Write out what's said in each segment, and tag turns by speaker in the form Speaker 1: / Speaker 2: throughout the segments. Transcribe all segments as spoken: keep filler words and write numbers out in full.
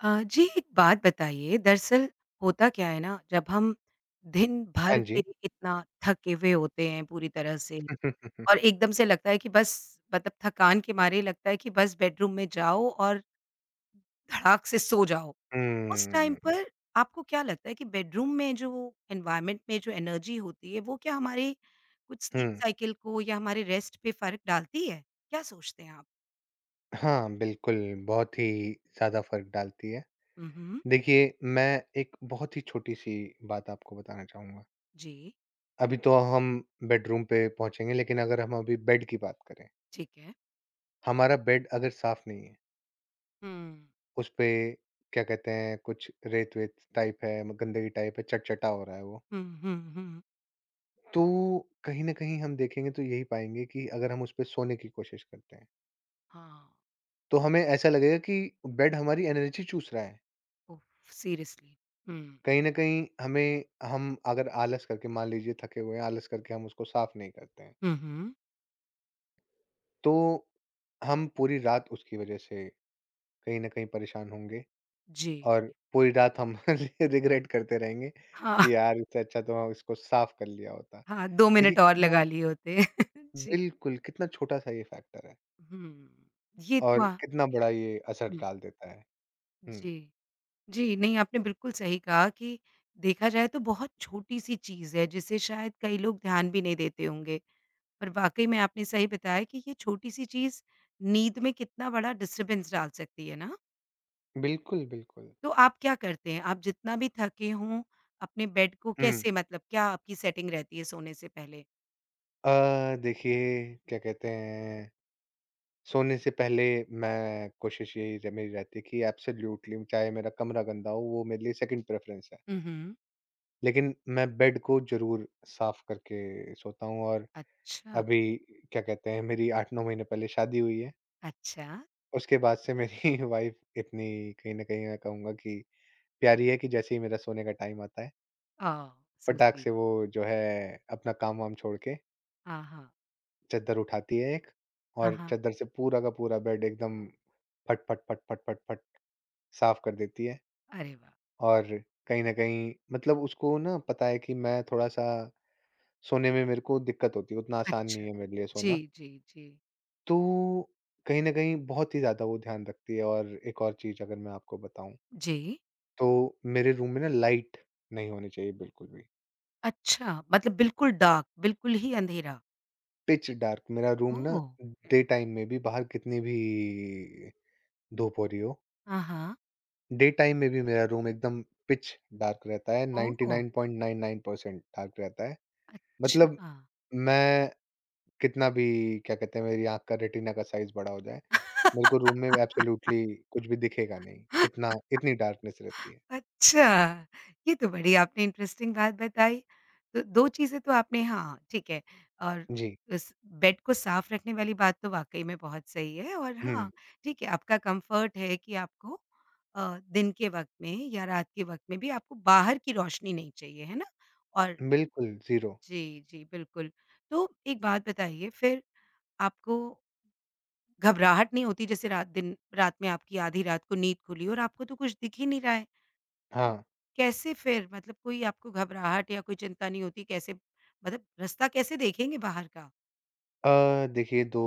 Speaker 1: अ, जी, एक बात बताइए, दरअसल होता क्या है ना, जब हम दिन
Speaker 2: हाँ
Speaker 1: भर के
Speaker 2: जी।
Speaker 1: इतना थके हुए होते हैं पूरी तरह से और एकदम से लगता है कि बस मतलब थकान के मारे लगता है कि बस बेडरूम में जाओ और धड़ाक से सो जाओ। उस टाइम
Speaker 2: हुँ,
Speaker 1: पर आपको क्या लगता है कि बेडरूम में जो एनवायरनमेंट में जो एनर्जी होती है, वो क्या हमारे कुछ स्लीप
Speaker 2: हुँ।
Speaker 1: साइकिल को या हमारे रेस्ट पे फ़र्क डालती है? क्या सोचते हैं आप?
Speaker 2: हाँ, बिल्कुल, बहुत ही ज़्यादा फ़र्क डालती है।
Speaker 1: हुँ, हुँ।
Speaker 2: देखिए, मैं एक बहुत ही छोटी-सी बात आपको बताना चाहूँगा।
Speaker 1: जी,
Speaker 2: अभी तो हम बेडरूम पे पहुँचेंगे, लेकिन अगर हम अभी बेड की बात करें,
Speaker 1: ठीक है।
Speaker 2: हमारा बेड अगर साफ़ नहीं है,
Speaker 1: हुँ।
Speaker 2: उस पे क्या कहते हैं, कुछ रेत-वेत टाइप है, म गंदगी टाइप है, चट-चटा हो रहा है वो,
Speaker 1: हुँ, हुँ, हुँ।
Speaker 2: तो कहीं न कहीं हम देखेंगे तो यही पाएँगे कि अगर हम उस पे सोने की कोशिश करते हैं,
Speaker 1: हाँ।
Speaker 2: तो हमें ऐसा लगेगा कि बेड हमारी एनर्जी चूस रहा है।
Speaker 1: ओह! सीरियसली। हुँ।
Speaker 2: कहीं न कहीं हमें हम अगर आलस करके मान लीजिए थके हुए हैं, आलस करके हम उसको साफ़ नहीं करते हैं,
Speaker 1: हुँ, हुँ।
Speaker 2: तो हम पूरी रात उसकी वज़ह से कहीं न कहीं परेशान होंगे
Speaker 1: जी।
Speaker 2: और पूरी रात हम रिग्रेट करते रहेंगे
Speaker 1: हाँ,
Speaker 2: कि यार इससे अच्छा तो हम इसको साफ़ कर लिया होता।
Speaker 1: हाँ, दो
Speaker 2: देखिए
Speaker 1: मिनट और
Speaker 2: कितना
Speaker 1: लगा लिए होते। जी।
Speaker 2: बिल्कुल, कितना छोटा-सा ये फैक्टर है
Speaker 1: हुँ। ये तो
Speaker 2: और कितना
Speaker 1: आपने
Speaker 2: बड़ा ये असर
Speaker 1: हुँ।
Speaker 2: डाल देता है। हुँ,
Speaker 1: जी। जी, नहीं आपने बिल्कुल सही कहा कि देखा जाए तो बहुत छोटी-सी चीज़ है जिसे शायद कई लोग ध्यान भी नहीं देते होंगे। पर वाक़ई में आपने सही बताया कि ये छोटी-सी चीज़ नींद में कितना बड़ा डिस्टर्बेंस डाल सकती है ना?
Speaker 2: बिल्कुल, बिल्कुल।
Speaker 1: तो आप क्या करते हैं? आप जितना भी थके हों अपने बेड को
Speaker 2: हुँ।
Speaker 1: कैसे मतलब क्या आपकी सेटिंग रहती है सोने से पहले?
Speaker 2: अ, देखिए क्या कहते हैं सोने से पहले मैं कोशिश यही र मेरी रहती है कि एब्सोल्यूटली चाहे मेरा कमरा गंदा हो, वो मेरे लिए सेकंड प्रेफ़रेंस है।
Speaker 1: Mhm।
Speaker 2: लेकिन मैं बेड को ज़रूर साफ़ करके सोता हूँ और
Speaker 1: अच्छा,
Speaker 2: अभी क्या कहते हैं मेरी आठ नौ महीने पहले शादी हुई है।
Speaker 1: अच्छा।
Speaker 2: उसके बाद से मेरी वाइफ़ इतनी कहीं न कहीं मैं कहूँगा कि प्यारी है कि जैसे ही मेरा सोने का टाइम आता है,
Speaker 1: ओह! सो
Speaker 2: फटाक
Speaker 1: स्वीट।
Speaker 2: से वो जो है अपना काम-वाम छोड़ के
Speaker 1: हाँ, हाँ।
Speaker 2: चद्दर उठाती है एक
Speaker 1: हाँ,
Speaker 2: और
Speaker 1: हाँ।
Speaker 2: चद्दर से पूरा का पूरा बेड एकदम फट, फट, फट, फट, फट, फट साफ़ कर देती है।
Speaker 1: अरे वाह!
Speaker 2: और कहीं न कहीं मतलब उसको ना पता है कि मैं थोड़ा-सा सोने में मेरे को दिक्कत होती है, उतना आसान नहीं
Speaker 1: अच्छा।
Speaker 2: है मेरे लिए
Speaker 1: जी,
Speaker 2: सोना।
Speaker 1: जी, जी।
Speaker 2: तो कहीं न कहीं बहुत ही ज़्यादा वो ध्यान रखती है और एक और चीज़ अगर मैं आपको बताऊँ,
Speaker 1: जी।
Speaker 2: तो मेरे रूम में ना लाइट नहीं होनी चाहिए बिल्कुल भी।
Speaker 1: अच्छा, मतलब बिल्कुल डार्क, बिल्कुल ही अंधेरा।
Speaker 2: पिच डार्क मेरा रूम ना
Speaker 1: ओह!
Speaker 2: डे टाइम में भी बाहर कितनी भी धूप हो रही हो,
Speaker 1: हाँ, हाँ।
Speaker 2: डे टाइम में भी मेरा रूम एकदम पिच डार्क रहता है,
Speaker 1: oh!
Speaker 2: Ninety nine point nine nine percent dark रहता है। मतलब
Speaker 1: अच्छा।
Speaker 2: मैं कितना भी क्या कहते हैं मेरी आँख का रेटिना का साइज़ बड़ा हो जाए, मेरे को रूम में एब्सोल्यूटली कुछ भी दिखेगा नहीं, इतना इतनी डार्कनेस रहती है।
Speaker 1: अच्छा, ये तो बड़ी आपने इंटरेस्टिंग बात बताई। तो दो चीज़ें तो आपने हाँ, ठीक है और
Speaker 2: जी।
Speaker 1: इस बेड को साफ़ रखने वाली बात तो वाक़ई में बहुत सही है और
Speaker 2: हुँ,
Speaker 1: हाँ, ठीक है आपका कम्फ़र्ट है कि आपको अ, दिन के वक़्त में या रात के वक़्त में भी आपको बाहर की रोशनी नहीं चाहिए, है ना? और
Speaker 2: बिल्कुल, ज़ीरो।
Speaker 1: जी, जी, बिल्कुल। तो एक बात बताइए फिर आपको घबराहट नहीं होती जैसे रात दिन रात में आपकी आधी रात को नींद खुली और आपको तो कुछ दिख ही नहीं रहा है।
Speaker 2: हाँ।
Speaker 1: कैसे फिर? मतलब कोई आपको घबराहट या कोई चिंता नहीं होती कैसे मतलब रास्ता कैसे देखेंगे बाहर का?
Speaker 2: अ, देखिए दो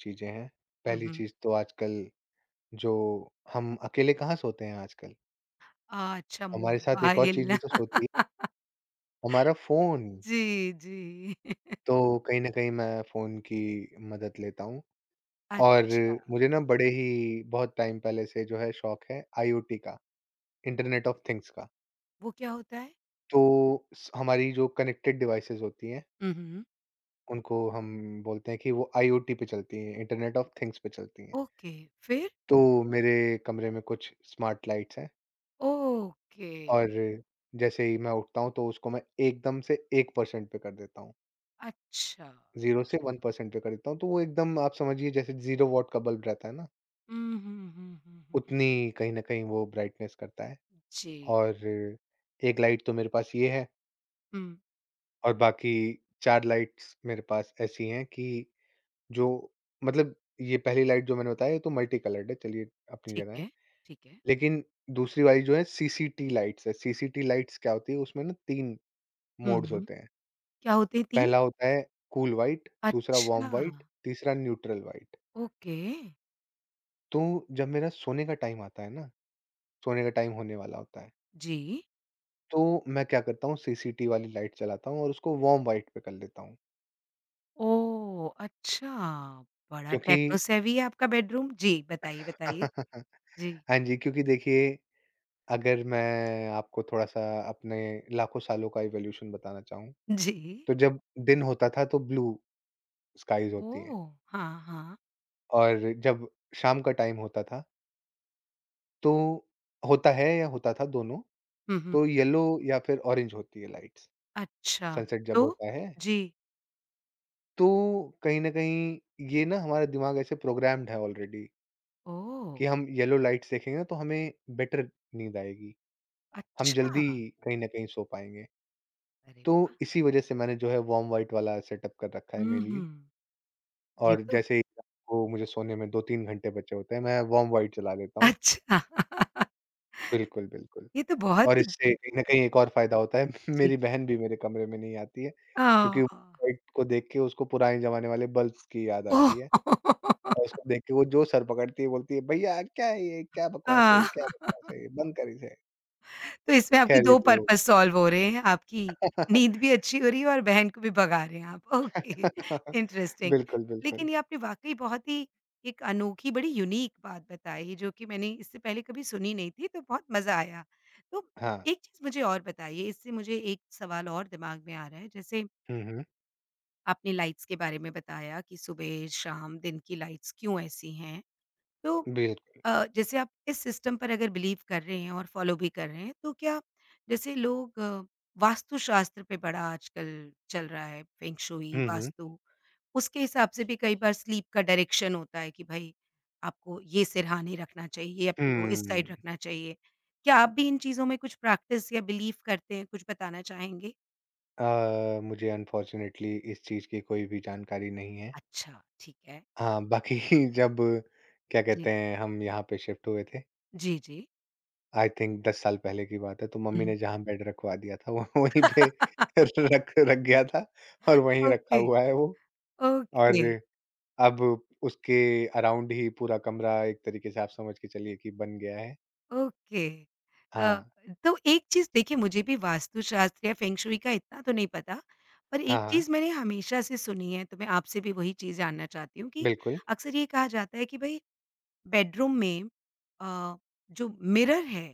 Speaker 2: चीज़ें हैं,
Speaker 1: हुँ,
Speaker 2: पहली
Speaker 1: हुँ।
Speaker 2: चीज़ तो आजकल जो हम अकेले कहाँ सोते हैं आजकल,
Speaker 1: अच्छा
Speaker 2: हमारे साथ एक और चीज़
Speaker 1: मोबाइल।
Speaker 2: भी तो सोती है, हमारा फ़ोन।
Speaker 1: जी, जी।
Speaker 2: तो कहीं न कहीं मैं फ़ोन की मदद लेता हूँ और
Speaker 1: अच्छा,
Speaker 2: मुझे ना बड़े ही बहुत टाइम पहले से जो है शौक है आईओटी का, इंटरनेट ऑफ थिंग्स का।
Speaker 1: वो क्या होता है?
Speaker 2: तो स हमारी जो कनेक्टेड डिवाइसेज़ होती हैं,
Speaker 1: हुँ, हुँ।
Speaker 2: उनको हम बोलते हैं कि वो आईओटी पे चलती हैं, इंटरनेट ऑफ थिंग्स पे चलती हैं।
Speaker 1: ओके, फिर?
Speaker 2: तो मेरे कमरे में कुछ स्मार्ट लाइट्स हैं
Speaker 1: ओके,
Speaker 2: और जैसे ही मैं उठता हूँ, तो उसको मैं एकदम से वन परसेंट पे कर देता हूँ।
Speaker 1: अच्छा।
Speaker 2: ज़ीरो से वन परसेंट पे कर देता हूँ, तो वो एकदम आप समझिए जैसे ज़ीरो वॉट का बल्ब रहता है ना,
Speaker 1: हुँ, हुँ, हुँ, हुँ, हुँ।
Speaker 2: उतनी कहीं न कहीं वो ब्राइटनेस करता है
Speaker 1: जी।
Speaker 2: और एक लाइट तो मेरे पास ये है
Speaker 1: हुँ।
Speaker 2: और बाकी चार लाइट्स मेरे पास ऐसी हैं कि जो मतलब ये पहली लाइट जो मैंने बताया ये तो मल्टी कलर्ड है, चलिए अपनी
Speaker 1: ठीक
Speaker 2: जगह है।
Speaker 1: है, ठीक है।
Speaker 2: लेकिन दूसरी वाली जो है सीसीटी लाइट्स है, सीसीटी लाइट्स क्या होती है उसमें ना तीन
Speaker 1: हुँ,
Speaker 2: मोड्स
Speaker 1: हुँ।
Speaker 2: होते हैं।
Speaker 1: क्या होते हैं तीन?
Speaker 2: पहला होता है कूल व्हाइट, दूसरा वार्म
Speaker 1: अच्छा,
Speaker 2: व्हाइट, तीसरा न्यूट्रल व्हाइट।
Speaker 1: ओके।
Speaker 2: तो जब मेरा सोने का टाइम आता है ना, सोने का टाइम होने वाला होता है,
Speaker 1: जी।
Speaker 2: तो मैं क्या करता हूँ सीसीटी वाली लाइट जलाता हूँ और उसको वार्म व्हाइट पे कर लेता हूँ।
Speaker 1: ओह! अच्छा, बड़ा
Speaker 2: क्योंकि
Speaker 1: टेक्नो सेवी है आपका बेडरूम। जी, बताइए, बताइए। जी,
Speaker 2: हाँ जी, क्योंकि देखिए अगर मैं आपको थोड़ा-सा अपने लाखों सालों का इवोल्यूशन बताना चाहूँ,
Speaker 1: जी।
Speaker 2: तो जब दिन होता था तो ब्लू स्काइज़ होती हैं
Speaker 1: ओह! हाँ, हाँ।
Speaker 2: और जब शाम का टाइम होता था तो होता है या होता था दोनों,
Speaker 1: हुँ, हुँ।
Speaker 2: तो येलो या फिर ऑरेंज होती है लाइट्स,
Speaker 1: अच्छा,
Speaker 2: सनसेट जब
Speaker 1: तो?
Speaker 2: होता है,
Speaker 1: जी।
Speaker 2: तो कहीं न कहीं ये ना हमारा दिमाग ऐसे प्रोग्राम्ड है ऑलरेडी
Speaker 1: ओह!
Speaker 2: कि हम येलो लाइट्स देखेंगे ना तो हमें बेटर नींद आएगी, हम
Speaker 1: अच्छा,
Speaker 2: जल्दी कहीं न कहीं सो पाएँगे।
Speaker 1: अरे
Speaker 2: तो
Speaker 1: वाह!
Speaker 2: इसी वज़ह से मैंने जो है वार्म व्हाइट वाला सेटअप कर रखा है
Speaker 1: हुँ,
Speaker 2: मेनली
Speaker 1: हुँ। ये
Speaker 2: और
Speaker 1: तो
Speaker 2: जैसे ही रात को मुझे सोने में दो तीन घंटे बचे होते हैं, मैं वार्म वाइड चला लेता हूँ।
Speaker 1: अच्छा
Speaker 2: बिल्कुल, बिल्कुल।
Speaker 1: ये तो बहुत
Speaker 2: और
Speaker 1: ही
Speaker 2: इससे कहीं न कहीं एक और फ़ायदा होता है,
Speaker 1: जी।
Speaker 2: मेरी बहन भी मेरे कमरे में नहीं आती है, क्योंकि
Speaker 1: आह!
Speaker 2: लाइट को देख के उसको पुराने ज़माने वाले बल्ब्स की याद
Speaker 1: ओह!
Speaker 2: आती है और उसको देख के वो जो सर पकड़ती है, बोलती है, "भैया क्या है ये? क्या बकवास है ये?
Speaker 1: आह!
Speaker 2: क्या बकवास है ये? बंद कर इसे।"
Speaker 1: तो इसमें आपकी
Speaker 2: ख़ैर ये
Speaker 1: दो
Speaker 2: तो
Speaker 1: पर्पज़ सॉल्व हो रहे हैं, आपकी नींद भी अच्छी हो रही है और बहन को भी भगा रहे हैं आप। Okay, interesting.
Speaker 2: बिल्कुल, बिल्कुल।
Speaker 1: लेकिन ये आपने वाक़ई बहुत ही एक अनोखी, बड़ी यूनिक बात बताई जो कि मैंने इससे पहले कभी सुनी नहीं थी, तो बहुत मज़ा आया। तो
Speaker 2: हाँ।
Speaker 1: एक चीज़ मुझे और बताइए, इससे मुझे एक सवाल और दिमाग में आ रहा है, जैसे
Speaker 2: हुँ, हुँ।
Speaker 1: आपने लाइट्स के बारे में बताया कि सुबह, शाम, दिन की लाइट्स क्यों ऐसी हैं। तो
Speaker 2: बिल्कुल।
Speaker 1: अ, जैसे आप इस सिस्टम पर अगर बिलीव कर रहे हैं और फॉलो भी कर रहे हैं, तो क्या जैसे लोग अ, वास्तुशास्त्र पे बड़ा आजकल चल रहा है, फेंग शुई,
Speaker 2: हुँ, हुँ।
Speaker 1: वास्तु, उसके हिसाब से भी कई बार स्लीप का डायरेक्शन होता है कि भई, आपको ये सिरहाने रखना चाहिए या पिलो इस साइड
Speaker 2: हुँ।
Speaker 1: रखना चाहिए। क्या आप भी इन चीज़ों में कुछ प्रैक्टिस या बिलीव करते हैं, कुछ बताना चाहेंगे?
Speaker 2: अ, मुझे अनफॉर्च्युनेटली इस चीज़ की कोई भी जानकारी नहीं है।
Speaker 1: अच्छा, ठीक है।
Speaker 2: हाँ, बाकी जब क्या
Speaker 1: जी।
Speaker 2: कहते हैं हम यहाँ पे शिफ्ट हुए थे,
Speaker 1: जी, जी।
Speaker 2: आई थिंक दस साल पहले की बात है, तो
Speaker 1: हुँ,
Speaker 2: मम्मी ने
Speaker 1: हुँ।
Speaker 2: जहाँ बेड रखवा दिया था वो वहीं पे रख रख गया था और वहीं रखा
Speaker 1: ओके,
Speaker 2: हुआ है वो। और
Speaker 1: ओके।
Speaker 2: अब उसके अराउंड ही पूरा कमरा एक तरीके से आप समझ के चलिए कि बन गया है।
Speaker 1: ओके। अ,
Speaker 2: हाँ,
Speaker 1: तो एक चीज़ देखिए मुझे भी वास्तुशास्त्र या फेंगशुई का इतना तो नहीं पता, पर
Speaker 2: हाँ,
Speaker 1: एक
Speaker 2: हाँ,
Speaker 1: चीज़ मैंने हमेशा से सुनी है, तो मैं आपसे भी वही चीज़ जानना चाहती हूँ कि
Speaker 2: बिल्कुल।
Speaker 1: अक्सर ये कहा जाता है कि भई बेडरूम में अ, जो मिरर है,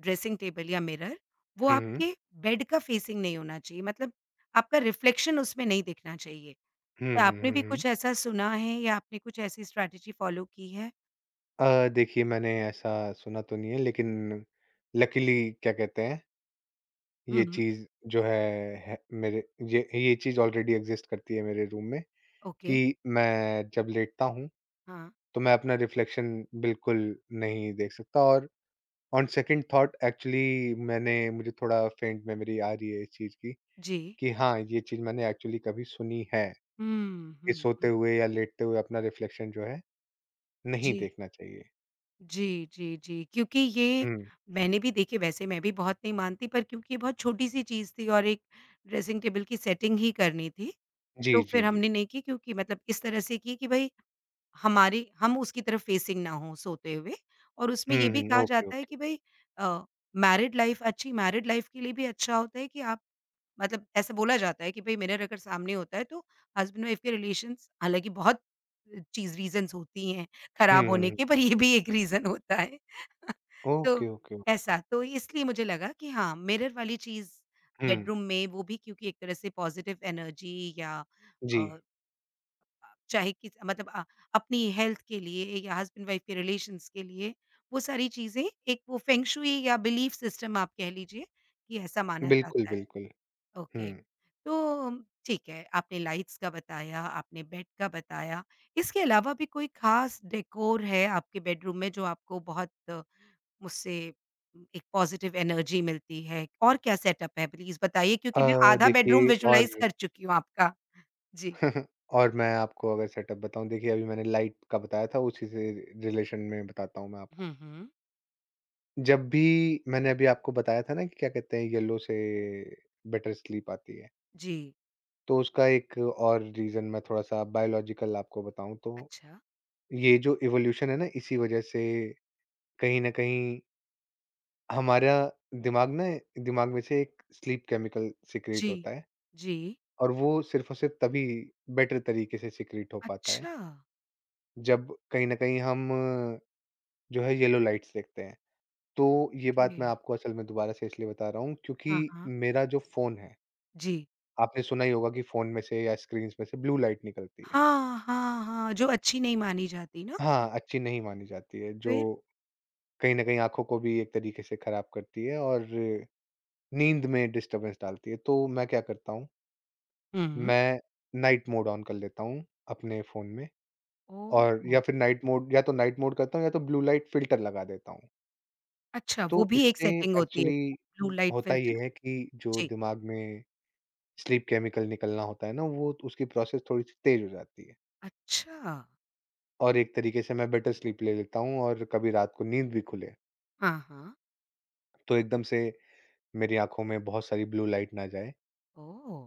Speaker 1: ड्रेसिंग टेबल या मिरर, वो
Speaker 2: हुँ, हुँ।
Speaker 1: आपके बेड का फेसिंग नहीं होना चाहिए, मतलब आपका रिफ्लेक्शन उसमें नहीं दिखना चाहिए।
Speaker 2: हुँ,
Speaker 1: तो
Speaker 2: हुँ,
Speaker 1: आपने
Speaker 2: हुँ,
Speaker 1: भी
Speaker 2: हुँ।
Speaker 1: कुछ ऐसा सुना है या आपने कुछ ऐसी स्ट्रैटेजी फ़ॉलो की है?
Speaker 2: अ, देखिए मैंने ऐसा सुना तो नहीं है लेकिन लकीली क्या कहते हैं ये
Speaker 1: हुँ,
Speaker 2: चीज़ जो है, है मेरे ये ये चीज़ ऑलरेडी एग्ज़िस्ट करती है मेरे रूम में
Speaker 1: ओके।
Speaker 2: कि मैं जब लेटता हूँ,
Speaker 1: हाँ।
Speaker 2: तो मैं अपना रिफ्लेक्शन बिल्कुल नहीं देख सकता और ऑन सेकंड थॉट एक्चुअली मैंने मुझे थोड़ा फेंट मेमोरी आ रही है इस चीज़ की
Speaker 1: जी।
Speaker 2: कि हाँ, ये चीज़ मैंने एक्चुअली कभी सुनी है,
Speaker 1: हुँ,
Speaker 2: कि
Speaker 1: हुँ,
Speaker 2: सोते
Speaker 1: हुँ।
Speaker 2: हुए या लेटते हुए अपना रिफ्लेक्शन जो है, नहीं
Speaker 1: जी।
Speaker 2: देखना चाहिए।
Speaker 1: जी, जी, जी, क्योंकि ये
Speaker 2: हुँ।
Speaker 1: मैंने भी देखिए वैसे मैं भी बहुत नहीं मानती पर क्योंकि ये बहुत छोटी-सी चीज़ थी और एक ड्रेसिंग टेबल की सेटिंग ही करनी थी,
Speaker 2: जी,
Speaker 1: तो
Speaker 2: जी,
Speaker 1: फिर
Speaker 2: जी।
Speaker 1: हमने नहीं की क्योंकि मतलब इस तरह से की कि भई हमारे हम उसकी तरफ फेसिंग ना हों सोते हुए और उसमें
Speaker 2: हुँ,
Speaker 1: ये भी कहा
Speaker 2: हुँ। ओके,
Speaker 1: जाता है
Speaker 2: ओके।
Speaker 1: कि भई अ, मैरिड लाइफ़ अच्छी मैरिड लाइफ़ के लिए भी अच्छा होता है कि आप मतलब ऐसा बोला जाता है कि भई मिरर अगर सामने होता है तो हस्बैंड वाइफ के रिलेशंस हालाँकि बहुत अ, चीज़ रीज़न्स होती हैं
Speaker 2: हुँ,
Speaker 1: खराब
Speaker 2: हुँ,
Speaker 1: होने
Speaker 2: हुँ।
Speaker 1: के पर ये भी एक रीज़न होता है। तो
Speaker 2: ओके, ओके, ओके।
Speaker 1: ऐसा, तो इसलिए मुझे लगा कि हाँ, मिरर वाली चीज़
Speaker 2: हुँ।
Speaker 1: बेडरूम में वो भी क्योंकि एक तरह से पॉज़िटिव एनर्जी या
Speaker 2: जी।
Speaker 1: अ, चाहे कि मतलब अ, अपनी हेल्थ के लिए या हस्बैंड वाइफ के रिलेशंस के लिए वो सारी चीज़ें एक वो फेंग शुई या बिलीफ सिस्टम आप कह लीजिए कि ऐसा माना
Speaker 2: बिल्कुल,
Speaker 1: जाता है।
Speaker 2: बिल्कुल। हुँ।
Speaker 1: ओके। तो ठीक है आपने लाइट्स का बताया आपने बेड का बताया इसके अलावा भी कोई खास डेकोर है आपके बेडरूम में जो आपको बहुत अ, मुझसे एक पॉजिटिव एनर्जी मिलती है और क्या सेटअप है प्लीज बताइए क्योंकि
Speaker 2: अ,
Speaker 1: मैं आधा बेडरूम
Speaker 2: देखिए और
Speaker 1: विजुलाइज कर चुकी हूँ आपका। जी।
Speaker 2: और मैं आपको अगर सेटअप बताऊँ देखिए अभी मैंने लाइट का बताया था उसी से रिलेशन में बताता हूँ मैं आपको।
Speaker 1: हम्म, हम्म।
Speaker 2: जब भी मैंने अभी आपको बताया था ना कि क्या कहते हैं येलो से बेटर स्लीप आती है,
Speaker 1: जी।
Speaker 2: तो उसका एक और रीज़न मैं थोड़ा-सा बायोलॉजिकल आपको बताऊँ तो
Speaker 1: अच्छा।
Speaker 2: ये जो इवोल्यूशन है ना इसी वज़ह से कहीं न कहीं हमारा दिमाग ना दिमाग में से एक स्लीप केमिकल सीक्रेट
Speaker 1: जी।
Speaker 2: होता है
Speaker 1: जी।
Speaker 2: और वो सिर्फ़ और सिर्फ़ तभी बेटर तरीके से सीक्रेट हो पाता है
Speaker 1: अच्छा।
Speaker 2: जब कहीं न कहीं हम जो है येलो लाइट्स देखते हैं। तो ये बात
Speaker 1: ओके।
Speaker 2: मैं आपको असल में दोबारा से इसलिए बता रहा हूँ क्योंकि
Speaker 1: हाँ, हाँ।
Speaker 2: मेरा जो फ़ोन है,
Speaker 1: जी।
Speaker 2: आपने सुना ही होगा कि फ़ोन में से या स्क्रीन्स में से ब्लू लाइट निकलती है।
Speaker 1: हाँ, हाँ, हाँ, जो अच्छी नहीं मानी जाती ना।
Speaker 2: हाँ, अच्छी नहीं मानी जाती है जो
Speaker 1: फिर।
Speaker 2: कहीं न कहीं आँखों को भी एक तरीके से ख़राब करती है और नींद में डिस्टर्बेंस डालती है। तो मैं क्या करता हूँ,
Speaker 1: हम्म।
Speaker 2: मैं नाइट मोड ऑन कर लेता हूँ अपने फ़ोन में
Speaker 1: ओ।
Speaker 2: और या फिर नाइट मोड या तो नाइट मोड करता हूँ या तो ब्लू लाइट फ़िल्टर लगा देता हूँ।
Speaker 1: अच्छा,
Speaker 2: तो
Speaker 1: वो भी एक
Speaker 2: इससे
Speaker 1: सेटिंग होती है
Speaker 2: एक्चुअली
Speaker 1: क्या? ब्लू लाइट
Speaker 2: होता ये
Speaker 1: फ़िल्टर?
Speaker 2: है कि जो
Speaker 1: जी।
Speaker 2: दिमाग में स्लीप केमिकल निकलना होता है ना, वो तो उसकी प्रोसेस थोड़ी-सी तेज़ हो जाती है।
Speaker 1: अच्छा।
Speaker 2: और एक तरीके से मैं बेटर स्लीप ले लेता हूँ और कभी रात को नींद भी खुले,
Speaker 1: हाँ, हाँ।
Speaker 2: तो एकदम से मेरी आँखों में बहुत सारी ब्लू लाइट ना जाए।
Speaker 1: ओह!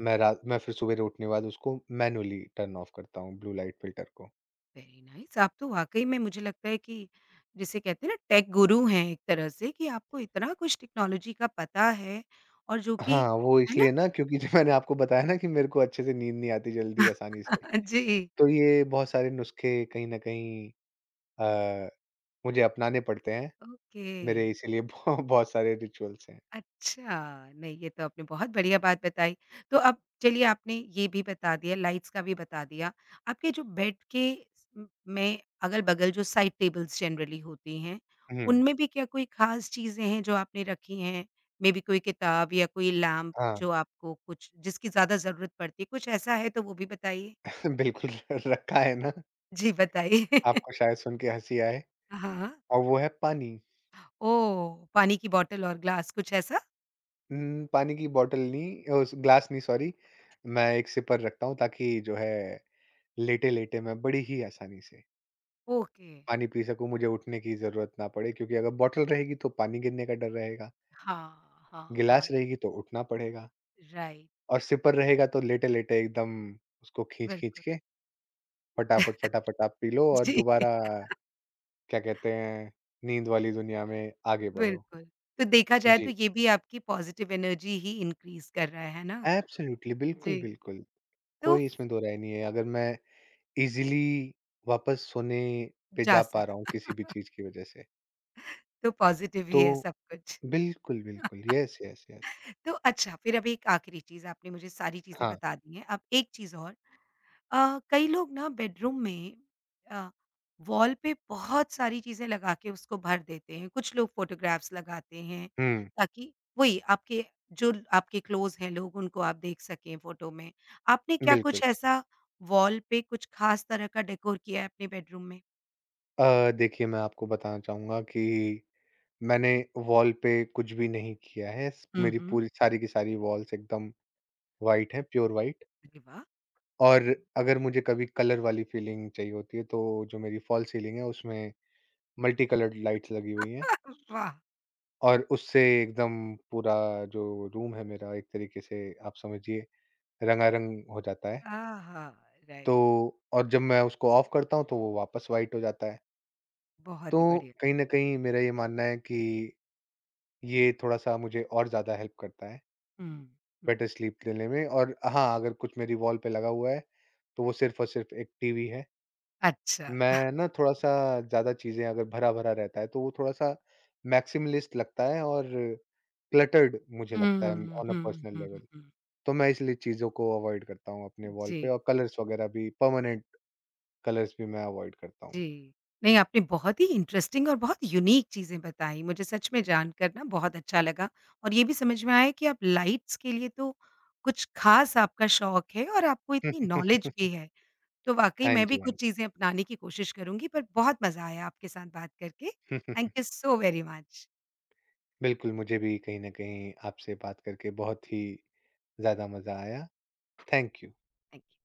Speaker 2: मैं रात मैं फिर सवेरे उठने के बाद उसको मैनुअली टर्न ऑफ करता हूँ ब्लू लाइट फ़िल्टर को।
Speaker 1: Very nice. आप तो वाक़ई में मुझे लगता है कि जिसे कहते हैं ना टेक गुरु हैं एक तरह से कि आपको इतना कुछ टेक्नोलॉजी का पता है और जो कि
Speaker 2: हाँ, वो
Speaker 1: है ना?
Speaker 2: इसलिए ना क्योंकि जो मैंने आपको बताया ना कि मेरे को अच्छे से नींद नहीं आती जल्दी आसानी से,
Speaker 1: जी,
Speaker 2: तो ये बहुत सारे नुस्खे कहीं न कहीं अ, मुझे अपनाने पड़ते हैं।
Speaker 1: ओके।
Speaker 2: मेरे इसीलिए बहु बहुत सारे रिचुअल्स हैं।
Speaker 1: अच्छा, नहीं ये तो आपने बहुत बढ़िया बात बताई। तो अब चलिए आपने ये भी बता दिया, लाइट्स का भी बता दिया। आपके जो बेड के म में अगल-बगल जो साइड टेबल्स जनरली होती हैं,
Speaker 2: हुँ,
Speaker 1: उनमें भी क्या कोई ख़ास चीज़ें हैं जो आपने रखी हैं? मेबी कोई किताब या कोई लैम्प
Speaker 2: हाँ,
Speaker 1: जो आपको कुछ जिसकी ज़्यादा ज़रूरत पड़ती है, कुछ ऐसा है तो वो भी बताइए?
Speaker 2: बिल्कुल रखा है ना,
Speaker 1: जी, बताइए।
Speaker 2: आपको शायद सुन के हँसी आए
Speaker 1: हाँ।
Speaker 2: और वो है पानी।
Speaker 1: ओह! पानी की बॉटल और ग्लास कुछ ऐसा?
Speaker 2: उम, पानी की बॉटल नहीं उस ग्लास नहीं सॉरी, मैं एक सिपर रखता हूँ ताकि जो है लेटे-लेटे मैं बड़ी ही आसानी से
Speaker 1: ओके।
Speaker 2: पानी पी सकूँ, मुझे उठने की ज़रूरत ना पड़े क्योंकि अगर बॉटल रहेगी तो पानी गिरने का डर रहेगा,
Speaker 1: हाँ, हाँ,
Speaker 2: गिलास
Speaker 1: हाँ।
Speaker 2: रहेगी तो उठना पड़ेगा
Speaker 1: राइट,
Speaker 2: और सिपर रहेगा तो लेटे-लेटे एकदम उसको खींच-खींच
Speaker 1: बिल्कुल।
Speaker 2: के फटाफट, फटाफट आप पी लो और
Speaker 1: जी,
Speaker 2: दोबारा क्या कहते हैं, नींद वाली दुनिया में आगे बढ़ो।
Speaker 1: बिल्कुल। तो देखा जाए
Speaker 2: जी,
Speaker 1: तो ये भी आपकी पॉज़िटिव एनर्जी ही इनक्रीज़ कर रहा है ना?
Speaker 2: एब्सोल्युटली, बिल्कुल,
Speaker 1: जी,
Speaker 2: बिल्कुल।
Speaker 1: तो
Speaker 2: कोई इसमें दो राय नहीं है, अगर मैं ईज़िली वापस सोने पे
Speaker 1: जा
Speaker 2: जा पा रहा हूँ
Speaker 1: सकता
Speaker 2: किसी भी चीज़ की वज़ह से,
Speaker 1: तो पॉज़िटिव
Speaker 2: तो
Speaker 1: ही है सब कुछ।
Speaker 2: बिल्कुल, बिल्कुल। Yes, yes, yes.
Speaker 1: तो अच्छा फिर अब एक आखिरी चीज़ आपने मुझे सारी चीज़ें
Speaker 2: हाँ।
Speaker 1: बता दी हैं। अब एक चीज़ और अ, कई लोग ना बेडरूम में अ, वॉल पे बहुत सारी चीज़ें लगा के उसको भर देते हैं। कुछ लोग फ़ोटोग्राफ्स लगाते हैं
Speaker 2: हुँ,
Speaker 1: ताकि वही आपके जो आपके क्लोज़ हैं लोग उनको आप देख सकें फ़ोटो में। आपने क्या
Speaker 2: बिल्कुल।
Speaker 1: कुछ ऐसा वॉल पे कुछ ख़ास तरह का डेकोर किया है अपने बेडरूम में?
Speaker 2: अ, देखिए मैं आपको बताना चाहूँगा कि मैंने वॉल पे कुछ भी नहीं किया है, स
Speaker 1: हुँ,
Speaker 2: मेरी
Speaker 1: हुँ।
Speaker 2: पूरी सारी की सारी वॉल्स एकदम व्हाइट हैं, प्योर व्हाइट।
Speaker 1: अरे वाह!
Speaker 2: और अगर मुझे कभी कलर वाली फ़ीलिंग चाहिए होती है, तो जो मेरी फ़ॉल सीलिंग है, उसमें मल्टी कलर्ड लाइट्स लगी हुई हैं
Speaker 1: वाह!
Speaker 2: और उससे एकदम पूरा जो रूम है मेरा, एक तरीके से आप समझिए रंगारंग हो जाता है।
Speaker 1: आहा!
Speaker 2: तो
Speaker 1: राइट,
Speaker 2: और जब मैं उसको ऑफ़ करता हूँ, तो वो वापस वाइट हो जाता है। तो
Speaker 1: बहुत ही बढ़िया।
Speaker 2: कहीं न कहीं मेरा ये मानना है कि ये थोड़ा-सा मुझे और ज़्यादा हेल्प करता है,
Speaker 1: हुँ, हुँ।
Speaker 2: बेटर स्लीप लेने में और हाँ, अगर कुछ मेरी वॉल पे लगा हुआ है, तो वो सिर्फ़ और सिर्फ़ एक टीवी है।
Speaker 1: अच्छा।
Speaker 2: मैं ना थोड़ा-सा ज़्यादा चीज़ें अगर भरा-भरा रहता है, तो वो थोड़ा-सा मैक्सिमलिस्ट लगता है और क्लटर्ड मुझे लगता है
Speaker 1: हुँ,
Speaker 2: on uh
Speaker 1: hmm,
Speaker 2: personal
Speaker 1: hmm,
Speaker 2: level.
Speaker 1: हुँ।
Speaker 2: तो मैं इसलिए चीज़ों को अवॉइड करता हूँ अपने वॉल
Speaker 1: जी।
Speaker 2: पे और कलर्स वगैरह भी परमानेंट कलर्स भी मैं अवॉइड करता हूँ।
Speaker 1: जी। नहीं, आपने बहुत ही इंटरेस्टिंग और बहुत यूनिक चीज़ें बताई। मुझे सच में जानकर ना बहुत अच्छा लगा और ये भी समझ में आया कि आप लाइट्स के लिए तो कुछ ख़ास आपका शौक है और आपको इतनी नॉलेज भी है। तो वाक़ई
Speaker 2: हाँ
Speaker 1: मैं भी
Speaker 2: जी,
Speaker 1: कुछ
Speaker 2: हाँ
Speaker 1: चीज़ें अपनाने की कोशिश करूँगी पर बहुत मज़ा आया आपके साथ बात करके।
Speaker 2: जी।
Speaker 1: Thank you so very much.
Speaker 2: बिल्कुल, मुझे भी कहीं न कहीं आपसे बात करके बहुत ही ज़्यादा मज़ा आया। Thank you.
Speaker 1: Thank you.